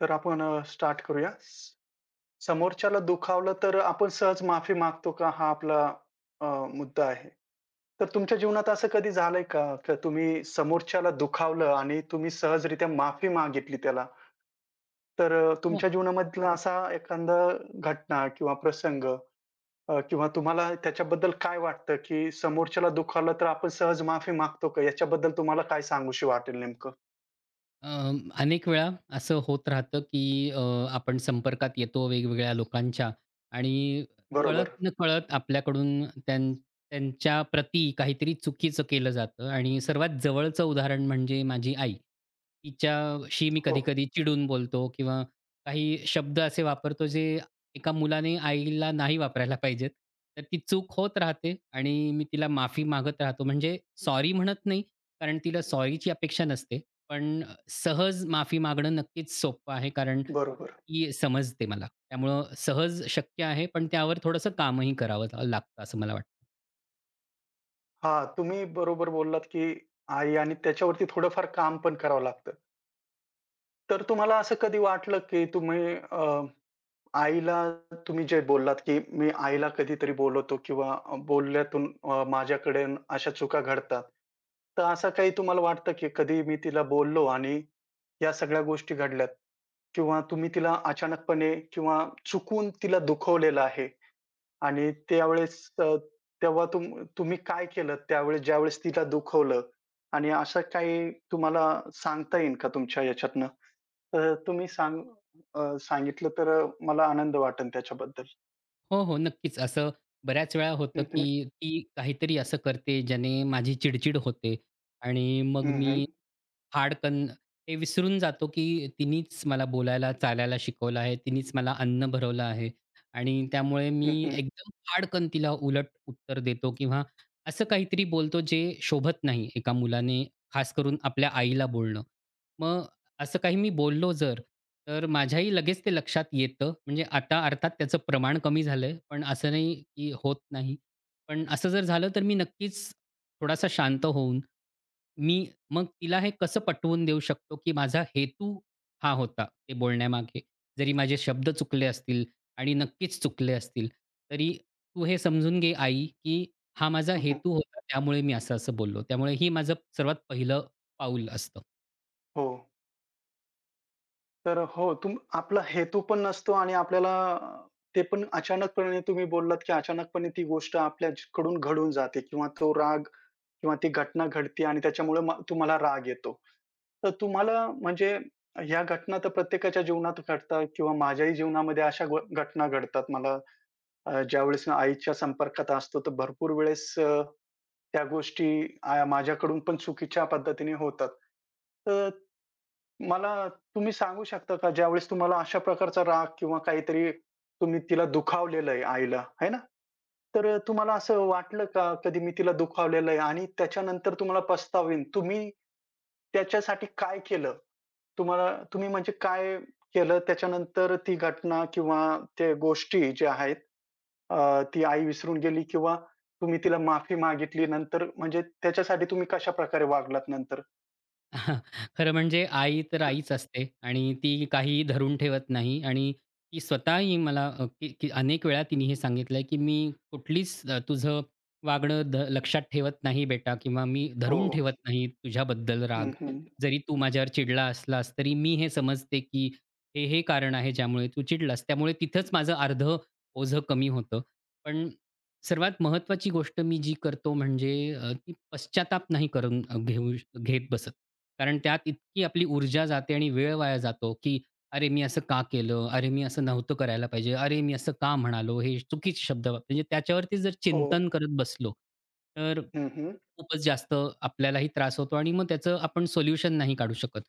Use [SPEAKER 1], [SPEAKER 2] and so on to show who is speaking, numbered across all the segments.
[SPEAKER 1] तर आपण स्टार्ट करूया. समोरच्याला दुखावलं तर आपण सहज माफी मागतो का? हा आपला अ, मुद्दा आहे. तर तुमच्या जीवनात असं कधी झालंय का? का तुम्ही समोरच्याला दुखावलं आणि तुम्ही सहजरित्या माफी मागितली त्याला. तर
[SPEAKER 2] हो.
[SPEAKER 1] तुमच्या जीवनामधला असा एखादा घटना किंवा प्रसंग किंवा तुम्हाला त्याच्याबद्दल काय वाटतं, की समोरच्याला दुखावलं तर आपण सहज माफी मागतो का? याच्याबद्दल तुम्हाला काय सांगूशी वाटेल नेमकं?
[SPEAKER 2] अ, अनेक वेळा असं होत राहतं, की आपण संपर्कात येतो वेगवेगळ्या लोकांच्या आणि
[SPEAKER 1] बरोबर.
[SPEAKER 2] कळत-नकळत आपल्याकडून त्यांच्या प्रती काहीतरी चुकीचं केलं जातं आणि सर्वात जवळचं उदाहरण म्हणजे माझी आई. तिच्याशी मी
[SPEAKER 1] हो,
[SPEAKER 2] कधी-कधी चिडून बोलतो किंवा काही शब्द असे वापरतो, जे एका मुलाने आईला नाही वापरायला पाहिजेत. तर ती चूक होत राहते आणि मी तिला माफी मागत राहतो. म्हणजे सॉरी म्हणत नाही, कारण तिला सॉरीची अपेक्षा नसते. पण सहज माफी मागणं नक्कीच सोपं आहे, कारण
[SPEAKER 1] बरोबर.
[SPEAKER 2] ती समजते मला. त्यामुळं सहज शक्य आहे, पण त्यावर थोडंसं कामही करावं लागतं असं मला वाटतं.
[SPEAKER 1] हां, तुम्ही बरोबर बोललात, की आई आणि त्याच्यावरती थोडंफार काम पण करावं लागतं. तर तुम्हाला असं कधी वाटलं, की तुम्ही आईला तुम्ही जे बोललात, की मी आईला कधीतरी बोलवतो किंवा बोलण्यातून माझ्याकडे अशा चुका घडतात. तर असं काही तुम्हाला वाटतं, की कधी मी तिला बोललो आणि या सगळ्या गोष्टी घडल्यात किंवा तुम्ही तिला अचानकपणे किंवा चुकून तिला दुखवलेलं आहे? आणि त्यावेळेस तेव्हा तुम तुम्ही काय केलं त्यावेळेस ज्यावेळेस तिला दुखवलं आणि असं काही तुम्हाला सांगता येईल का तुमच्या याच्यातनं? तर तुम्ही सांग सांगितलं तर मला आनंद वाटेल त्याच्याबद्दल.
[SPEAKER 2] हो, हो. नक्कीच. असं बऱ्याच वेळा होतं,
[SPEAKER 1] हं, हं.
[SPEAKER 2] की ती काहीतरी असं करते ज्याने माझी चिडचिड होते आणि मग
[SPEAKER 1] हं, हं.
[SPEAKER 2] मी हाडकन हे विसरून जातो, की तिनीच मला बोलायला, चालायला शिकवलं आहे. तिनीच मला अन्न भरवलं आहे आणि त्यामुळे
[SPEAKER 1] हं,
[SPEAKER 2] मी
[SPEAKER 1] हं.
[SPEAKER 2] एकदम हाडकन तिला उलट उत्तर देतो किंवा असं काहीतरी बोलतो, जे शोभत नाही एका मुलाने, खास करून आपल्या आईला बोलणं. मग असं काही मी बोललो जर, तर माझ्याही लगेच ते लक्षात येतं. म्हणजे आता अर्थात त्याचं प्रमाण कमी झालंय, पण असं नाही की होत नाही. पण असं जर झालं, तर मी नक्कीच थोडासा शांत होऊन, मी मग तिला हे कसं पटवून देऊ शकतो, की माझा हेतू हा होता ते बोलण्यामागे. जरी माझे शब्द चुकले असतील आणि नक्कीच चुकले असतील, तरी तू हे समजून घे आई, की हा माझा
[SPEAKER 1] हं, हं.
[SPEAKER 2] हेतू होता त्यामुळे मी असं-असं बोललो. त्यामुळे ही माझं सर्वात पहिलं पाऊल असतं.
[SPEAKER 1] हो. तर हो, आपला हेतू पण नसतो आणि आपल्याला ते पण अचानकपणे तुम्ही बोललात, की अचानकपणे ती गोष्ट आपल्याकडून घडून जाते किंवा तो राग किंवा ती घटना घडते आणि त्याच्यामुळे तुम्हाला राग येतो. तर तुम्हाला म्हणजे ह्या घटना तर प्रत्येकाच्या जीवनात घडतात किंवा माझ्याही जीवनामध्ये अशा घटना घडतात मला ज्यावेळेस मी आईच्या संपर्कात असतो, तर भरपूर वेळेस त्या गोष्टी माझ्याकडून पण चुकीच्या पद्धतीने होतात. तर मला तुम्ही सांगू शकता का, ज्यावेळेस तुम्हाला अशा प्रकारचा राग किंवा काहीतरी तुम्ही तिला दुखावलेलं आहे आईला, आहे ना? तर तुम्हाला असं वाटलं का, कधी मी तिला दुखावलेलं आहे आणि त्याच्यानंतर तुम्हाला तुम्ही त्याच्यासाठी काय केलं? तुम्हाला तुम्ही म्हणजे काय केलं त्याच्यानंतर ती घटना किंवा त्या गोष्टी ज्या आहेत ती आई विसरून गेली किंवा तुम्ही तिला माफी मागितली नंतर म्हणजे त्याच्यासाठी तुम्ही कशाप्रकारे वागलात नंतर?
[SPEAKER 2] खरं म्हणजे आई तर आईच असते आणि ती काही धरून ठेवत नाही आणि ती स्वतःही मला अ, की की अनेक वेळा तिने हे सांगितलंय, की "मी कुठलीच तुझं वागणं लक्षात ठेवत नाही बेटा किंवा मी
[SPEAKER 1] हो.
[SPEAKER 2] धरून ठेवत नाही तुझ्याबद्दल
[SPEAKER 1] हं,
[SPEAKER 2] राग.
[SPEAKER 1] हं.
[SPEAKER 2] जरी तू माझ्यावर चिडला असलास, तरी मी हे समजते, की हे कारण आहे ज्यामुळे तू चिडलास." त्यामुळे तिथंच माझं अर्धं ओझं कमी होतं. पण सर्वात महत्त्वाची गोष्ट मी जी करतो म्हणजे ती पश्चाताप नाही करून अ, घेऊ घेत बसत. कारण त्यात इतकी आपली ऊर्जा जाते आणि वेळ वाया जातो, की "अरे, मी असं का केलं? अरे, मी असं नव्हतं करायला पाहिजे. अरे, मी असं का म्हणालो? हे चुकीचे शब्द" म्हणजे त्याच्यावरती जर
[SPEAKER 1] हो.
[SPEAKER 2] चिंतन करत बसलो, तर
[SPEAKER 1] हं, हं.
[SPEAKER 2] खूपच जास्त आपल्यालाही त्रास होतो आणि मग त्याचं आपण सोल्युशन नाही काढू शकत.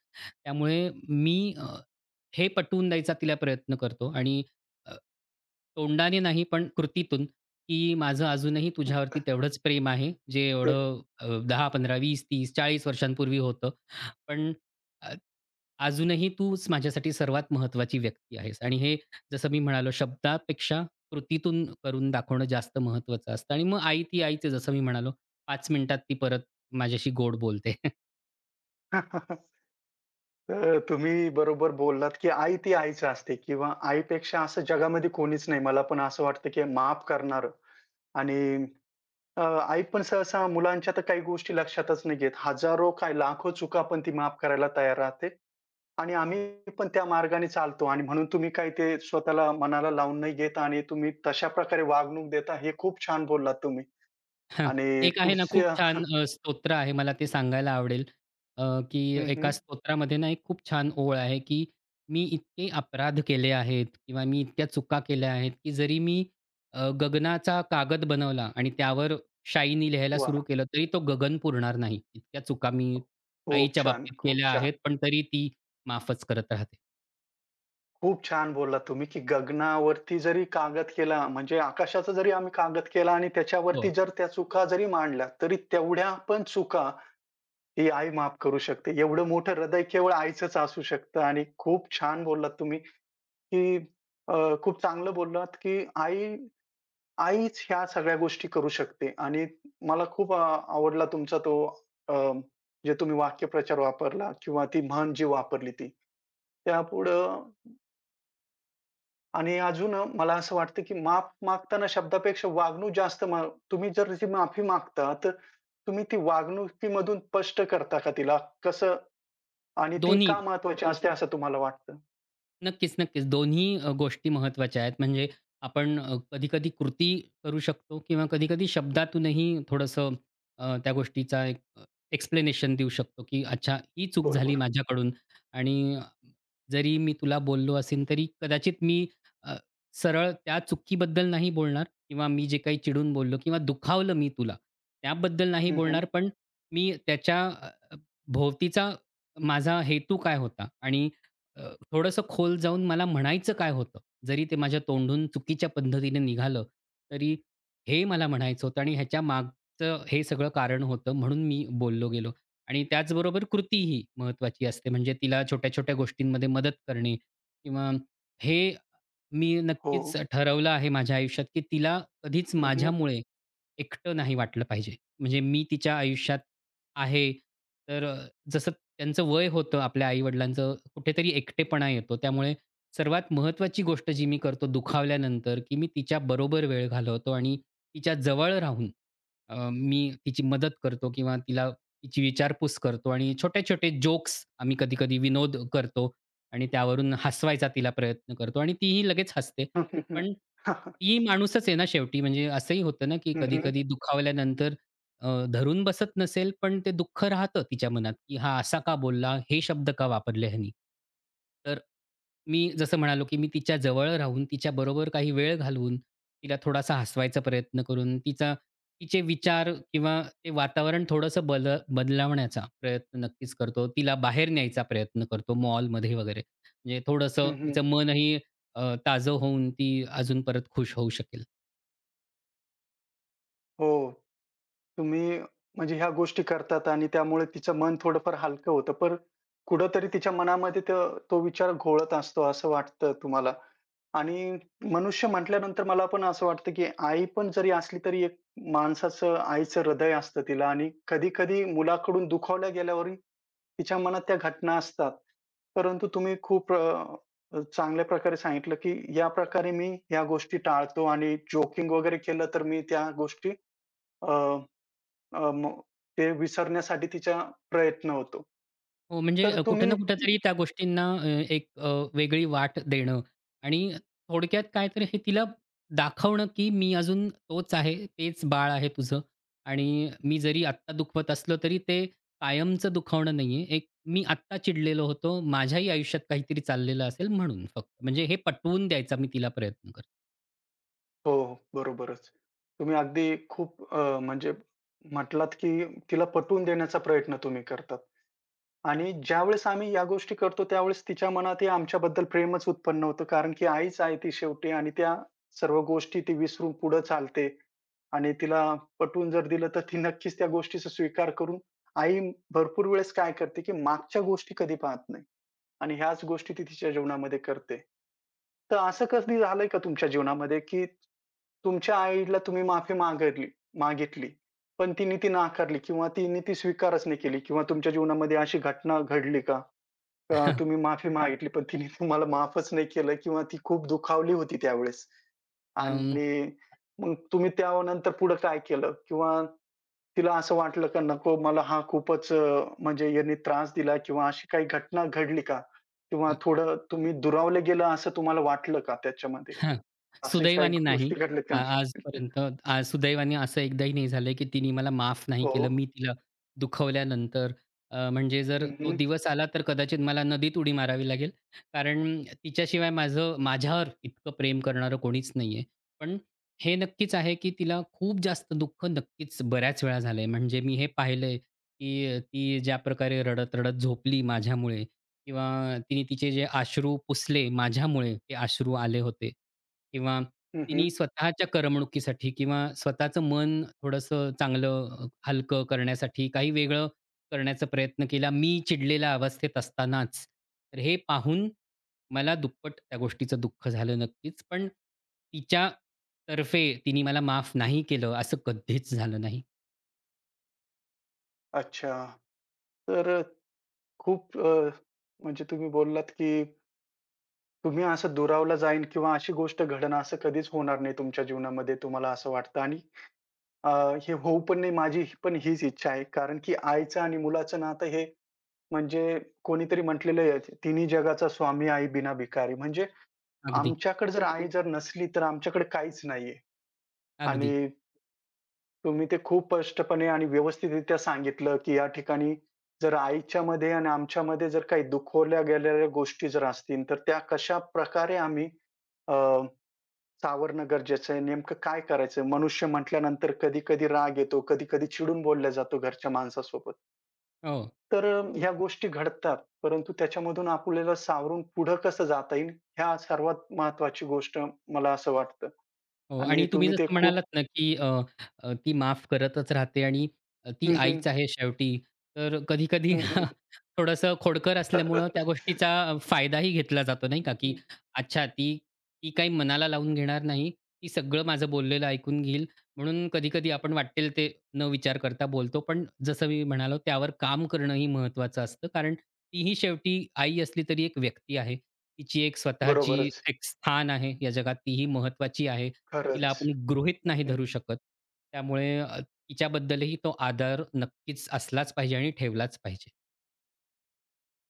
[SPEAKER 2] त्यामुळे मी हे पटवून द्यायचा तिला प्रयत्न करतो आणि अ, तोंडाने नाही, पण कृतीतून, की माझं अजूनही तुझ्यावरती तेवढंच प्रेम आहे, जे
[SPEAKER 1] ते
[SPEAKER 2] एवढं 10, 15, 20, 30, 40 वर्षांपूर्वी होतं. पण अ, अजूनही तूच माझ्यासाठी सर्वात महत्त्वाची व्यक्ती आहेस आणि हे जसं मी म्हणालो शब्दापेक्षा कृतीतून करून दाखवणं जास्त महत्त्वाचं असतं आणि मग आई ती आईच आहे जसं मी म्हणालो 5 मिनिटात ती परत माझ्याशी गोड बोलते.
[SPEAKER 1] तर तुम्ही बरोबर बोललात, की आई ती आईच असते किंवा आईपेक्षा असं जगामध्ये कोणीच नाही. मला पण असं वाटतं, की माफ करणारं आणि आई पण सहसा मुलांच्या तर काही गोष्टी लक्षातच नाही घेत. हजारो काय लाखो चुका पण ती माफ करायला तयार राहते. आणि आम्ही पण त्या मार्गाने चालतो आणि म्हणून तुम्ही काही ते स्वतःला मनाला लावून नाही घेत आणि तुम्ही तशा प्रकारे वागणूक देता हे खूप छान बोललात तुम्ही
[SPEAKER 2] हं.
[SPEAKER 1] आणि
[SPEAKER 2] एक आहे ना खूप
[SPEAKER 1] पुढच्या
[SPEAKER 2] छान स्तोत्र आहे मला ते सांगायला आवडेल, अ, की
[SPEAKER 1] हं, हं.
[SPEAKER 2] एका स्तोत्रामध्ये ना एक खूप छान ओळ आहे, की "मी इतके अपराध केले आहेत किंवा मी इतक्या चुका केल्या आहेत, की जरी मी गगनाचा कागद बनवला आणि त्यावर शाईनी लिहायला सुरू
[SPEAKER 1] वाह!
[SPEAKER 2] केलं, तरी तो गगन पुरणार नाही. इतक्या चुका मी
[SPEAKER 1] खूप
[SPEAKER 2] आईच्या
[SPEAKER 1] छान,
[SPEAKER 2] बाबतीत
[SPEAKER 1] खूप
[SPEAKER 2] केल्या
[SPEAKER 1] छान.
[SPEAKER 2] आहेत, पण तरी ती माफच करत राहते."
[SPEAKER 1] खूप छान बोललात तुम्ही, की गगनावरती जरी कागद केला म्हणजे आकाशाचा जरी आम्ही कागद केला आणि
[SPEAKER 2] हो.
[SPEAKER 1] त्याच्यावरती जर त्या चुका जरी मांडल्या, तरी तेवढ्या पण चुका ही आई माफ करू शकते. एवढं मोठं हृदय केवळ आईचंच असू शकतं आणि खूप छान बोललात तुम्ही. की खूप चांगलं बोललात, की आई आईच ह्या सगळ्या गोष्टी करू शकते आणि मला खूप आवडला तुमचा तो अ, जे तुम्ही वाक्यप्रचार वापरला किंवा ती म्हण जी वापरली ती. त्यापुढं आणि अजून मला असं वाटतं, की माफ मागताना शब्दापेक्षा वागणूक जास्त तुम्ही जर जी माफी मागता, तर तुम्ही ती वागणुकीमधून स्पष्ट करता का तिला? कसं आणि ती
[SPEAKER 2] दोन्ही
[SPEAKER 1] का महत्वाची असते असं तुम्हाला वाटतं?
[SPEAKER 2] नक्कीच, नक्कीच. दोन्ही गोष्टी महत्त्वाच्या आहेत. म्हणजे आपण कधी-कधी कृती करू शकतो किंवा कधी-कधी शब्दातूनही थोडंसं त्या गोष्टीचा एक्सप्लेनेशन देऊ शकतो, की अच्छा ही चूक झाली
[SPEAKER 1] बरोबर.
[SPEAKER 2] माझ्याकडून आणि जरी मी तुला बोललो असेन, तरी कदाचित मी अ, सरळ त्या चुकीबद्दल नाही बोलणार किंवा मी जे काही चिडून बोललो किंवा दुखावलं मी तुला, त्याबद्दल नाही
[SPEAKER 1] हं, हं.
[SPEAKER 2] बोलणार. पण मी त्याच्या भोवतीचा माझा हेतू काय होता आणि थोडंसं खोल जाऊन मला म्हणायचं काय होतं, जरी ते माझ्या तोंडून चुकीच्या पद्धतीने निघालं, तरी हे मला म्हणायचं होतं आणि ह्याच्या मागचं हे सगळं कारण होतं म्हणून मी बोललो गेलो. आणि त्याचबरोबर कृतीही महत्त्वाची असते. म्हणजे तिला छोट्या-छोट्या गोष्टींमध्ये मदत करणे किंवा हे मी
[SPEAKER 1] हो.
[SPEAKER 2] नक्कीच ठरवलं आहे माझ्या आयुष्यात, की तिला कधीच
[SPEAKER 1] हं, हं.
[SPEAKER 2] माझ्यामुळे एकटं नाही वाटलं पाहिजे. म्हणजे मी तिच्या आयुष्यात आहे, तर जसं त्यांचं वय होतं आपल्या आई-वडिलांचं, कुठेतरी एकटेपणा येतो. त्यामुळे सर्वात महत्त्वाची गोष्ट जी मी करतो दुखावल्यानंतर, की मी तिच्या बरोबर वेळ घालवतो आणि तिच्या जवळ राहून मी तिची मदत करतो किंवा तिला तिची विचारपूस करतो आणि छोटे-छोटे जोक्स आम्ही कधी-कधी विनोद करतो आणि त्यावरून हसवायचा तिला प्रयत्न करतो आणि तीही लगेच हसते. पण ती माणूसच आहे ना शेवटी. म्हणजे असंही होतं ना, की
[SPEAKER 1] हं, हं.
[SPEAKER 2] कधी-कधी दुखावल्यानंतर धरून बसत नसेल, पण ते दुःख राहतं तिच्या मनात, की हा असा का बोलला? हे शब्द का वापरले ह्यानी? तर मी जसं म्हणालो, की मी तिच्या जवळ राहून, तिच्याबरोबर काही वेळ घालवून, तिला थोडासा हसवायचा प्रयत्न करून, तिचे विचार किंवा ते वातावरण थोडंसं बदलावण्याचा प्रयत्न नक्कीच करतो. तिला बाहेर न्यायचा प्रयत्न करतो मॉलमध्ये वगैरे. म्हणजे
[SPEAKER 1] हं,
[SPEAKER 2] थोडंसं
[SPEAKER 1] हं.
[SPEAKER 2] तिचं मनही ताजं होऊन ती अजून परत खुश होऊ शकेल.
[SPEAKER 1] हो. तुम्ही म्हणजे ह्या गोष्टी करतात आणि त्यामुळे तिचं मन थोडंफार हलकं होतं. पण कुठेतरी तिच्या मनामध्ये तो तो विचार घोळत असतो असं वाटतं तुम्हाला. आणि मनुष्य म्हटल्यानंतर मला पण असं वाटतं, की आई पण जरी असली तरी एक माणसाचं आईचं हृदय असतं तिला आणि कधी-कधी मुलाकडून दुखावल्या गेल्यावरही तिच्या मनात त्या घटना असतात. परंतु तुम्ही खूप चांगल्या प्रकारे सांगितलं, की या प्रकारे मी या गोष्टी टाळतो आणि जोकिंग वगैरे केलं तर मी त्या गोष्टी अ, अ, म ते विसरण्यासाठी तिचा प्रयत्न होतो.
[SPEAKER 2] हो, म्हणजे
[SPEAKER 1] तर
[SPEAKER 2] कुठे
[SPEAKER 1] तुम्ही
[SPEAKER 2] ना कुठेतरी त्या गोष्टींना एक अ, वेगळी वाट देणं आणि थोडक्यात काय तर हे तिला दाखवणं, की मी अजून तोच आहे, तेच बाळ आहे तुझं आणि मी जरी आत्ता दुखवत असलो, तरी ते कायमचं दुखावणं नाहीये. एक मी आत्ता चिडलेलो होतो, माझ्याही आयुष्यात काहीतरी चाललेलं असेल म्हणून फक्त. म्हणजे हे पटवून द्यायचा मी तिला प्रयत्न करतो.
[SPEAKER 1] हो, हो. बरोबरच. तुम्ही अगदी खूप म्हणजे म्हटलात, की तिला पटवून देण्याचा प्रयत्न तुम्ही करतात आणि ज्यावेळेस आम्ही या गोष्टी करतो, त्यावेळेस तिच्या मनातही आमच्याबद्दल प्रेमच उत्पन्न होतं. कारण की आईच आहे ती शेवटी आणि त्या सर्व गोष्टी ती विसरून पुढे चालते आणि तिला पटवून जर दिलं, तर ती नक्कीच त्या गोष्टीचा स्वीकार करून आई भरपूर वेळेस काय करते, की मागच्या गोष्टी कधी पाहत नाही. आणि ह्याच गोष्टी ती तिच्या जीवनामध्ये करते. तर असं कधी झालंय का तुमच्या जीवनामध्ये, की तुमच्या आईला तुम्ही माफी मागितली मागितली, पण तिने ती नाकारली किंवा तिने ती स्वीकारच नाही केली किंवा तुमच्या जीवनामध्ये अशी घटना घडली का? का तुम्ही माफी मागितली, पण तिने तुम्हाला माफच नाही केलं किंवा ती खूप दुखावली होती त्यावेळेस
[SPEAKER 2] अं,
[SPEAKER 1] आणि मग तुम्ही त्यानंतर पुढे काय केलं? किंवा तिला असं वाटलं का नको मला हा खूपच म्हणजे यांनी त्रास दिला किंवा अशी काही घटना घडली का? किंवा थोडं तुम्ही दुरावले गेला असं तुम्हाला वाटलं का त्याच्यामध्ये?
[SPEAKER 2] हां.
[SPEAKER 1] अशी काही
[SPEAKER 2] सुदैवाने नाही.
[SPEAKER 1] गोष्टी घडल्यात का?
[SPEAKER 2] आजपर्यंत सुदैवाने असं एकदाही नाही झालंय, की तिने मला माफ नाही
[SPEAKER 1] हो.
[SPEAKER 2] केलं. मी तिला दुखवल्यानंतर. म्हणजे जर
[SPEAKER 1] हं,
[SPEAKER 2] तो
[SPEAKER 1] हं.
[SPEAKER 2] दिवस आला तर कदाचित मला नदीत उडी मारावी लागेल. कारण तिच्याशिवाय माझं माझ्यावर इतकं प्रेम करणारं कोणीच नाहीये. पण हे नक्कीच आहे, की तिला खूप जास्त दुःख नक्कीच बऱ्याच वेळा झालंय. म्हणजे मी हे पाहिलंय, की ती ज्या प्रकारे रडत-रडत झोपली माझ्यामुळे किंवा तिने तिचे जे अश्रू पुसले माझ्यामुळे ते अश्रू आले होते. किंवा
[SPEAKER 1] हं, हं.
[SPEAKER 2] तिनी स्वतःच्या करमणुकीसाठी किंवा स्वतःचं मन थोडंसं चांगलं हलकं करण्यासाठी काही वेगळं करण्याचा प्रयत्न केला, मी चिडलेल्या अवस्थेत असतानाच. तर हे पाहून मला दुप्पट त्या गोष्टीचं दुःख झालं नक्कीच. पण तिच्यातर्फे तिने मला माफ नाही केलं असं कधीच झालं नाही.
[SPEAKER 1] अच्छा. तर खूप म्हणजे तुम्ही बोललात की तुम्ही असं दुरावला जाईन किंवा अशी गोष्ट घडणं असं कधीच होणार नाही तुमच्या जीवनामध्ये तुम्हाला असं वाटतं आणि अ, हे होऊ पण नाही माझी पण हीच इच्छा आहे. कारण की आईचं आणि मुलाचं नातं हे म्हणजे कोणीतरी म्हटलेलं आहे, "तिन्ही जगाचा स्वामी आई बिना भिकारी." म्हणजे
[SPEAKER 2] अगदी,
[SPEAKER 1] आमच्याकडे जर आई जर नसली, तर आमच्याकडे काहीच नाहीये
[SPEAKER 2] अगदी.
[SPEAKER 1] आणि तुम्ही ते खूप स्पष्टपणे आणि व्यवस्थितरित्या सांगितलं, की या ठिकाणी जर आईच्यामध्ये आणि आमच्यामध्ये जर काही दुखवल्या गेलेल्या गोष्टी जर असतील, तर त्या कशाप्रकारे आम्ही अ, सावरणं गरजेचं आहे. नेमकं काय करायचं? मनुष्य म्हटल्यानंतर कधी-कधी राग येतो, कधी-कधी चिडून बोलला जातो घरच्या माणसासोबत.
[SPEAKER 2] हो.
[SPEAKER 1] तर ह्या गोष्टी घडतात, परंतु त्याच्यामधून आपल्याला सावरून पुढं कसं जाता येईल, ह्या सर्वात महत्त्वाची गोष्ट मला असं वाटतं.
[SPEAKER 2] हो
[SPEAKER 1] आणि
[SPEAKER 2] आणि तुम्ही
[SPEAKER 1] तुम्ही ते
[SPEAKER 2] जसं
[SPEAKER 1] खूप
[SPEAKER 2] म्हणालात ना, की अ, अ, ती माफ करतच राहते आणि ती
[SPEAKER 1] हं, हं.
[SPEAKER 2] आईच आहे शेवटी. तर कधी-कधी
[SPEAKER 1] हं, हं.
[SPEAKER 2] थोडंसं खोडकर असल्यामुळं त्या गोष्टीचा फायदाही घेतला जातो नाही का, की अच्छा ती ती काही मनाला लावून घेणार नाही. ती सगळं माझं बोललेलं ऐकून घेईल. म्हणून कधी-कधी आपण वाटेल ते न विचार करता बोलतो. पण जसं मी म्हणालो त्यावर काम करणंही महत्त्वाचं असतं. कारण तीही शेवटी आई असली तरी एक व्यक्ती आहे. तिची एक स्वतःची
[SPEAKER 1] बरोबरच.
[SPEAKER 2] एक स्थान आहे या जगात. तीही महत्त्वाची आहे. तिला
[SPEAKER 1] खरंच.
[SPEAKER 2] आपण गृहीत
[SPEAKER 1] हं,
[SPEAKER 2] नाही
[SPEAKER 1] हं.
[SPEAKER 2] धरू शकत. त्यामुळे तिच्याबद्दलही तो आदर नक्कीच असलाच पाहिजे आणि ठेवलाच पाहिजे.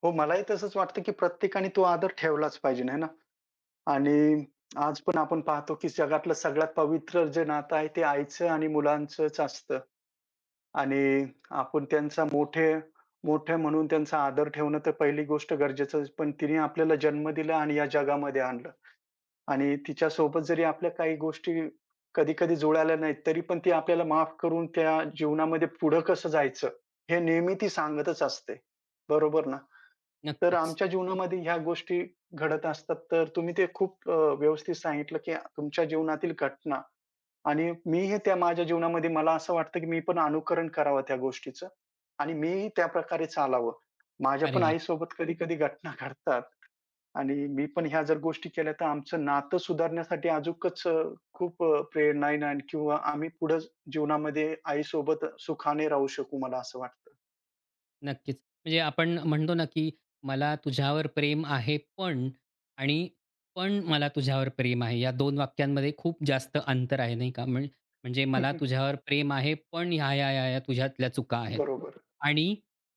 [SPEAKER 1] हो, मलाही तसंच वाटतं, की प्रत्येकाने तो आदर ठेवलाच पाहिजे, है ना? आणि आज पण आपण पाहतो, की जगातलं सगळ्यात पवित्र जे नातं आहे, ते आईचं आणि मुलांचंच असतं. आणि आपण त्यांचा मोठे मोठे म्हणून त्यांचा आदर ठेवणं तर पहिली गोष्ट गरजेचं पण तिने आपल्याला जन्म दिला आणि या जगामध्ये आणलं. आणि तिच्यासोबत जरी आपल्या काही गोष्टी कधी-कधी जुळाल्या नाहीत, तरी पण ती आपल्याला माफ करून त्या जीवनामध्ये पुढं कसं जायचं, हे नेहमी ती सांगतच असते. बरोबर ना? तर
[SPEAKER 2] नक्कीच.
[SPEAKER 1] आमच्या जीवनामध्ये ह्या गोष्टी घडत असतात. तर तुम्ही ते खूप व्यवस्थित सांगितलं, की तुमच्या जीवनातील घटना आणि मीही त्या माझ्या जीवनामध्ये मला असं वाटतं, की मी पण अनुकरण करावं त्या गोष्टीचं आणि मीही त्याप्रकारे चालावं. माझ्या
[SPEAKER 2] अरे
[SPEAKER 1] पण
[SPEAKER 2] वाह!
[SPEAKER 1] आईसोबत कधी-कधी घटना घडतात. आणि मी पण ह्या जर गोष्टी केल्या तर आमचं नातं सुधारण्यासाठी अजूकच खूप प्रेरणा येईल आणि किंवा आम्ही पुढे जीवनामध्ये आईसोबत सुखाने राहू शकू मला असं वाटतं.
[SPEAKER 2] नक्कीच. म्हणजे आपण म्हणतो ना, की मला तुझ्यावर प्रेम आहे पण आणि पण मला तुझ्यावर प्रेम आहे. या 2 वाक्यांमध्ये खूप जास्त अंतर आहे, नाही का? म्हणजे मला तुझ्यावर प्रेम आहे, पण ह्या-ह्या, ह्या-ह्या तुझ्यातल्या चुका आहेत.
[SPEAKER 1] बरोबर.
[SPEAKER 2] आणि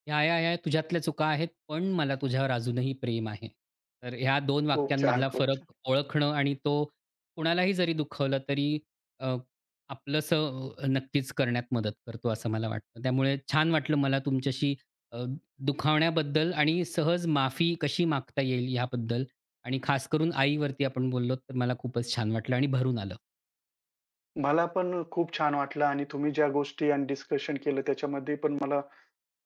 [SPEAKER 2] ह्या-ह्या, ह्या ह्या तुझ्यातल्या चुका आहेत, पण मला तुझ्यावर अजूनही प्रेम आहे. तर ह्या 2
[SPEAKER 1] खूप छान,
[SPEAKER 2] वाक्यांमधला
[SPEAKER 1] खूप छान.
[SPEAKER 2] फरक ओळखणं आणि तो कुणालाही जरी दुखावलं तरी अ, आपलंसं नक्कीच करण्यात मदत करतो, असं मला वाटतं. त्यामुळे छान वाटलं मला तुमच्याशी अ, दुखावण्याबद्दल आणि सहज माफी कशी मागता येईल याबद्दल आणि खास करून आईवरती आपण बोललो तर मला खूपच छान वाटलं आणि भरून आलं.
[SPEAKER 1] मला पण खूप छान वाटलं आणि तुम्ही ज्या गोष्टी आणि डिस्कशन केलं त्याच्यामध्ये पण मला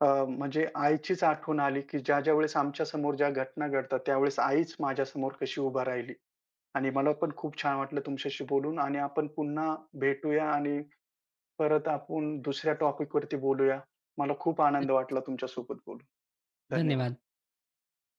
[SPEAKER 1] म्हणजे आईचीच आठवण आली, की ज्या-ज्या वेळेस आमच्यासमोर ज्या घटना घडतात त्यावेळेस आईच माझ्यासमोर कशी उभा राहिली. आणि मला पण खूप छान वाटलं तुमच्याशी बोलून आणि आपण पुन्हा भेटूया आणि परत आपण दुसऱ्या टॉपिक वरती बोलूया. मला खूप आनंद वाटला तुमच्यासोबत बोलून. धन्यवाद.
[SPEAKER 2] धन्यवाद.